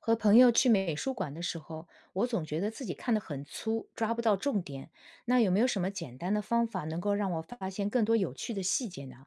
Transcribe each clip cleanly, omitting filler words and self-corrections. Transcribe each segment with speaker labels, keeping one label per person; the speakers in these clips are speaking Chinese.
Speaker 1: 和朋友去美术馆的时候，我总觉得自己看得很粗，抓不到重点。那有没有什么简单的方法能够让我发现更多有趣的细节呢？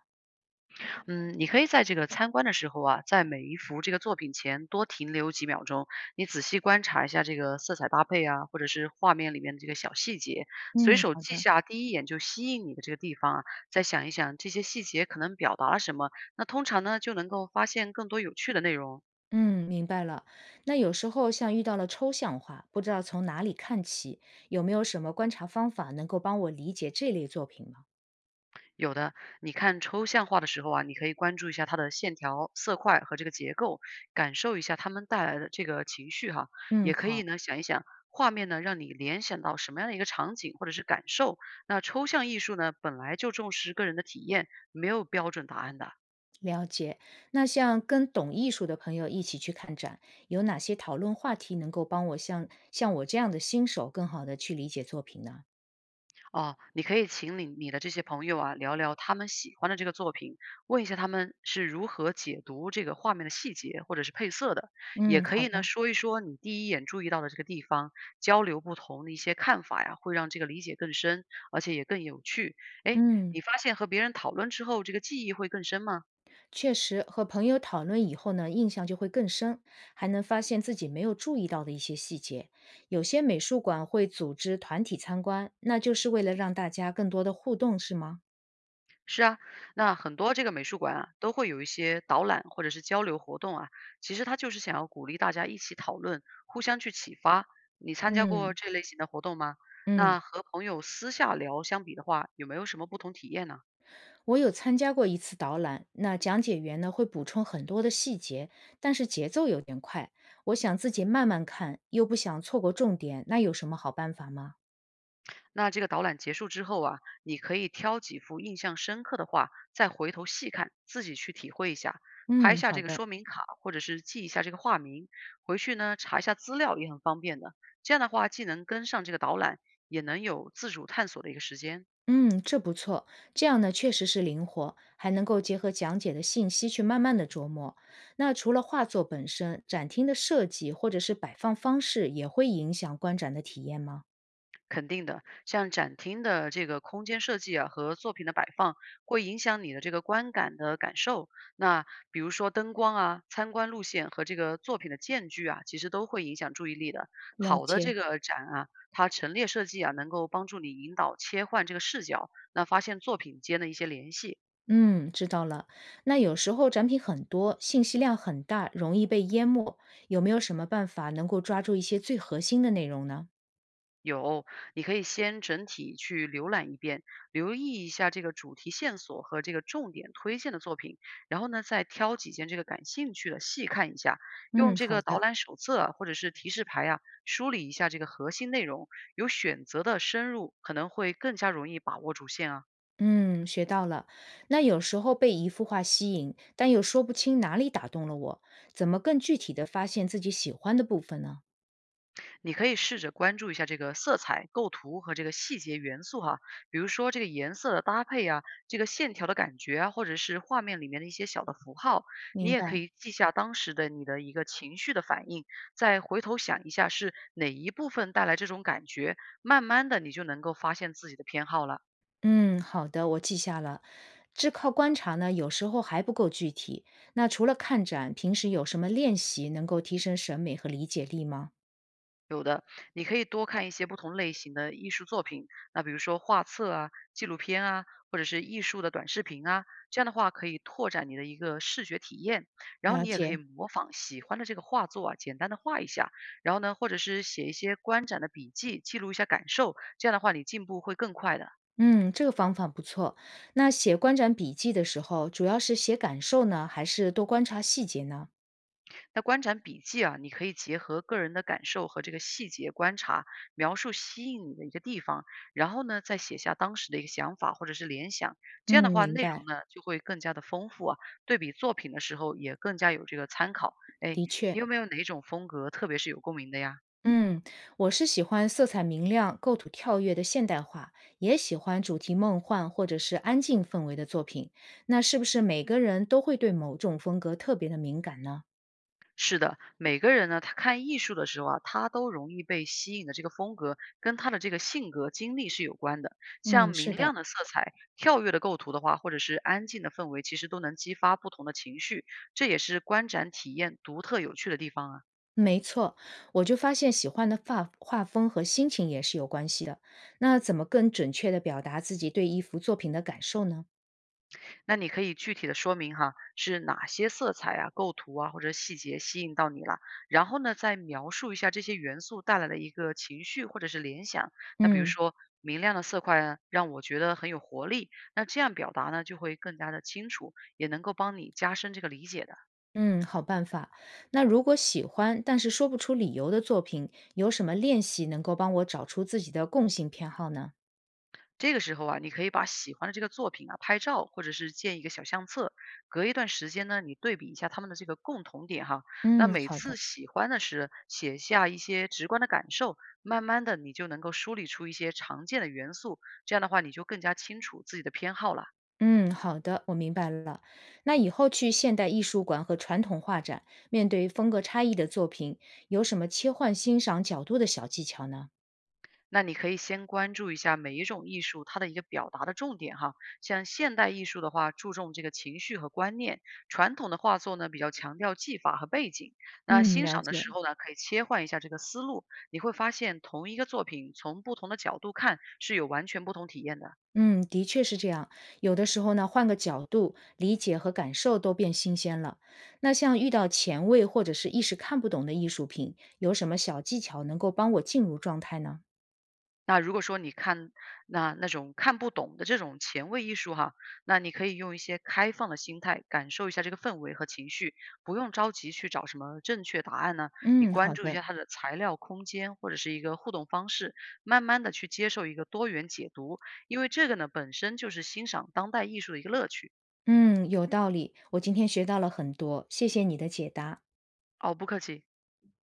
Speaker 2: 嗯，你可以在这个参观的时候啊，在每一幅这个作品前多停留几秒钟，你仔细观察一下这个色彩搭配啊，或者是画面里面的这个小细节，随
Speaker 1: 嗯，
Speaker 2: 手
Speaker 1: 好
Speaker 2: 记
Speaker 1: 的。
Speaker 2: 下第一眼就吸引你的这个地方啊，再想一想这些细节可能表达了什么，那通常呢就能够发现更多有趣的内容。
Speaker 1: 嗯，明白了。那有时候像遇到了抽象画，不知道从哪里看起，有没有什么观察方法能够帮我理解这类作品吗？
Speaker 2: 有的，你看抽象画的时候啊，你可以关注一下它的线条、色块和这个结构，感受一下它们带来的这个情绪哈。
Speaker 1: 嗯，
Speaker 2: 也可以
Speaker 1: 好，
Speaker 2: 呢想一想画面呢让你联想到什么样的一个场景或者是感受。那抽象艺术呢本来就重视个人的体验，没有标准答案的。
Speaker 1: 了解。那像跟懂艺术的朋友一起去看展，有哪些讨论话题能够帮我像我这样的新手更好的去理解作品呢？
Speaker 2: 哦，你可以请你的这些朋友啊，聊聊他们喜欢的这个作品，问一下他们是如何解读这个画面的细节或者是配色的，也
Speaker 1: 嗯，
Speaker 2: 可
Speaker 1: 好
Speaker 2: 以呢
Speaker 1: 的，
Speaker 2: 说一说你第一眼注意到的这个地方，交流不同的一些看法呀，会让这个理解更深，而且也更有趣。哎，
Speaker 1: 嗯，
Speaker 2: 你发现和别人讨论之后，这个记忆会更深吗？
Speaker 1: 确实，和朋友讨论以后呢，印象就会更深，还能发现自己没有注意到的一些细节。有些美术馆会组织团体参观，那就是为了让大家更多的互动，是吗？
Speaker 2: 是啊，那很多这个美术馆啊，都会有一些导览或者是交流活动啊，其实它就是想要鼓励大家一起讨论，互相去启发。你参加过
Speaker 1: 嗯
Speaker 2: 这类型的活动吗？
Speaker 1: 嗯，
Speaker 2: 那和朋友私下聊相比的话，有没有什么不同体验呢？
Speaker 1: 我有参加过一次导览，那讲解员呢会补充很多的细节，但是节奏有点快，我想自己慢慢看，又不想错过重点，那有什么好办法吗？
Speaker 2: 那这个导览结束之后啊，你可以挑几幅印象深刻的画，再回头细看，自己去体会一下，拍
Speaker 1: 嗯，
Speaker 2: 下
Speaker 1: 好
Speaker 2: 这个
Speaker 1: 的。
Speaker 2: 说明卡，或者是记一下这个画名，回去呢查一下资料也很方便的。这样的话，既能跟上这个导览，也能有自主探索的一个时间。
Speaker 1: 嗯，这不错，这样呢确实是灵活，还能够结合讲解的信息去慢慢的琢磨。那除了画作本身，展厅的设计或者是摆放方式也会影响观展的体验吗？
Speaker 2: 肯定的，像展厅的这个空间设计啊和作品的摆放，会影响你的这个观感的感受。那比如说灯光啊、参观路线和这个作品的间距啊，其实都会影响注意力的。
Speaker 1: 了
Speaker 2: 好的
Speaker 1: 解。
Speaker 2: 这个展啊，它陈列设计啊，能够帮助你引导切换这个视角，那发现作品间的一些联系。
Speaker 1: 嗯，知道了。那有时候展品很多，信息量很大，容易被淹没，有没有什么办法能够抓住一些最核心的内容呢？
Speaker 2: 有，你可以先整体去浏览一遍，留意一下这个主题线索和这个重点推荐的作品，然后呢，再挑几件这个感兴趣的细看一下，用
Speaker 1: 嗯，
Speaker 2: 这
Speaker 1: 好
Speaker 2: 个导
Speaker 1: 的。
Speaker 2: 览手册啊或者是提示牌啊梳理一下这个核心内容，有选择的深入，可能会更加容易把握主线啊。
Speaker 1: 嗯，学到了。那有时候被一幅画吸引，但又说不清哪里打动了我，怎么更具体的发现自己喜欢的部分呢？
Speaker 2: 你可以试着关注一下这个色彩、构图和这个细节元素哈，比如说这个颜色的搭配啊，这个线条的感觉啊，或者是画面里面的一些小的符号，你
Speaker 1: 明
Speaker 2: 也可
Speaker 1: 白，
Speaker 2: 以记下当时的你的一个情绪的反应，再回头想一下是哪一部分带来这种感觉，慢慢的你就能够发现自己的偏好了。
Speaker 1: 嗯，好的，我记下了。只靠观察呢，有时候还不够具体。那除了看展，平时有什么练习能够提升审美和理解力吗？
Speaker 2: 有的，你可以多看一些不同类型的艺术作品，那比如说画册啊、纪录片啊，或者是艺术的短视频啊，这样的话可以拓展你的一个视觉体验。然后
Speaker 1: 了
Speaker 2: 你也可
Speaker 1: 解。
Speaker 2: 以模仿喜欢的这个画作啊，简单的画一下，然后呢，或者是写一些观展的笔记，记录一下感受，这样的话你进步会更快的。
Speaker 1: 嗯，这个方法不错。那写观展笔记的时候，主要是写感受呢，还是多观察细节呢？
Speaker 2: 那观展笔记啊，你可以结合个人的感受和这个细节观察，描述吸引你的一个地方，然后呢，再写下当时的一个想法或者是联想。这
Speaker 1: 嗯，
Speaker 2: 样的话，
Speaker 1: 明
Speaker 2: 内容
Speaker 1: 白，
Speaker 2: 呢就会更加的丰富啊，对比作品的时候也更加有这个参考。哎，
Speaker 1: 的确。
Speaker 2: 你有没有哪种风格特别是有共鸣的呀？
Speaker 1: 嗯，我是喜欢色彩明亮、构图跳跃的现代化，也喜欢主题梦幻或者是安静氛围的作品。那是不是每个人都会对某种风格特别的敏感呢？
Speaker 2: 是的，每个人呢，他看艺术的时候啊，他都容易被吸引的这个风格跟他的这个性格、经历是有关的。像
Speaker 1: 嗯，是
Speaker 2: 明
Speaker 1: 的，
Speaker 2: 亮的色彩、跳跃的构图的话，或者是安静的氛围，其实都能激发不同的情绪，这也是观展体验独特有趣的地方啊。
Speaker 1: 没错。我就发现喜欢的画画风和心情也是有关系的。那怎么更准确的表达自己对一幅作品的感受呢？
Speaker 2: 那你可以具体的说明哈，是哪些色彩啊、构图啊或者细节吸引到你了，然后呢，再描述一下这些元素带来的一个情绪或者是联想。那比如
Speaker 1: 嗯。
Speaker 2: 说明亮的色块呢，让我觉得很有活力，那这样表达呢就会更加的清楚，也能够帮你加深这个理解的。
Speaker 1: 嗯，好办法。那如果喜欢但是说不出理由的作品，有什么练习能够帮我找出自己的共性偏好呢？
Speaker 2: 这个时候啊，你可以把喜欢的这个作品啊拍照，或者是建一个小相册，隔一段时间呢，你对比一下他们的这个共同点哈。那
Speaker 1: 嗯，
Speaker 2: 每
Speaker 1: 好
Speaker 2: 次
Speaker 1: 的，
Speaker 2: 喜欢的时，写下一些直观的感受，慢慢的你就能够梳理出一些常见的元素，这样的话你就更加清楚自己的偏好了。
Speaker 1: 嗯，好的，我明白了。那以后去现代艺术馆和传统画展，面对风格差异的作品，有什么切换欣赏角度的小技巧呢？
Speaker 2: 那你可以先关注一下每一种艺术它的一个表达的重点哈，像现代艺术的话，注重这个情绪和观念；传统的画作呢，比较强调技法和背景。那
Speaker 1: 嗯，
Speaker 2: 欣
Speaker 1: 了
Speaker 2: 赏的
Speaker 1: 解。
Speaker 2: 时候呢，可以切换一下这个思路，你会发现同一个作品从不同的角度看是有完全不同体验的。
Speaker 1: 嗯，的确是这样。有的时候呢，换个角度，理解和感受都变新鲜了。那像遇到前卫或者是一时看不懂的艺术品，有什么小技巧能够帮我进入状态呢？
Speaker 2: 那如果说你看那种看不懂的这种前卫艺术哈，那你可以用一些开放的心态感受一下这个氛围和情绪，不用着急去找什么正确答案呢，你
Speaker 1: 嗯，
Speaker 2: 关
Speaker 1: 好
Speaker 2: 注一
Speaker 1: 的。
Speaker 2: 下它的材料、空间或者是一个互动方式，慢慢的去接受一个多元解读，因为这个呢本身就是欣赏当代艺术的一个乐趣。
Speaker 1: 嗯，有道理。我今天学到了很多，谢谢你的解答。
Speaker 2: 哦，不客气。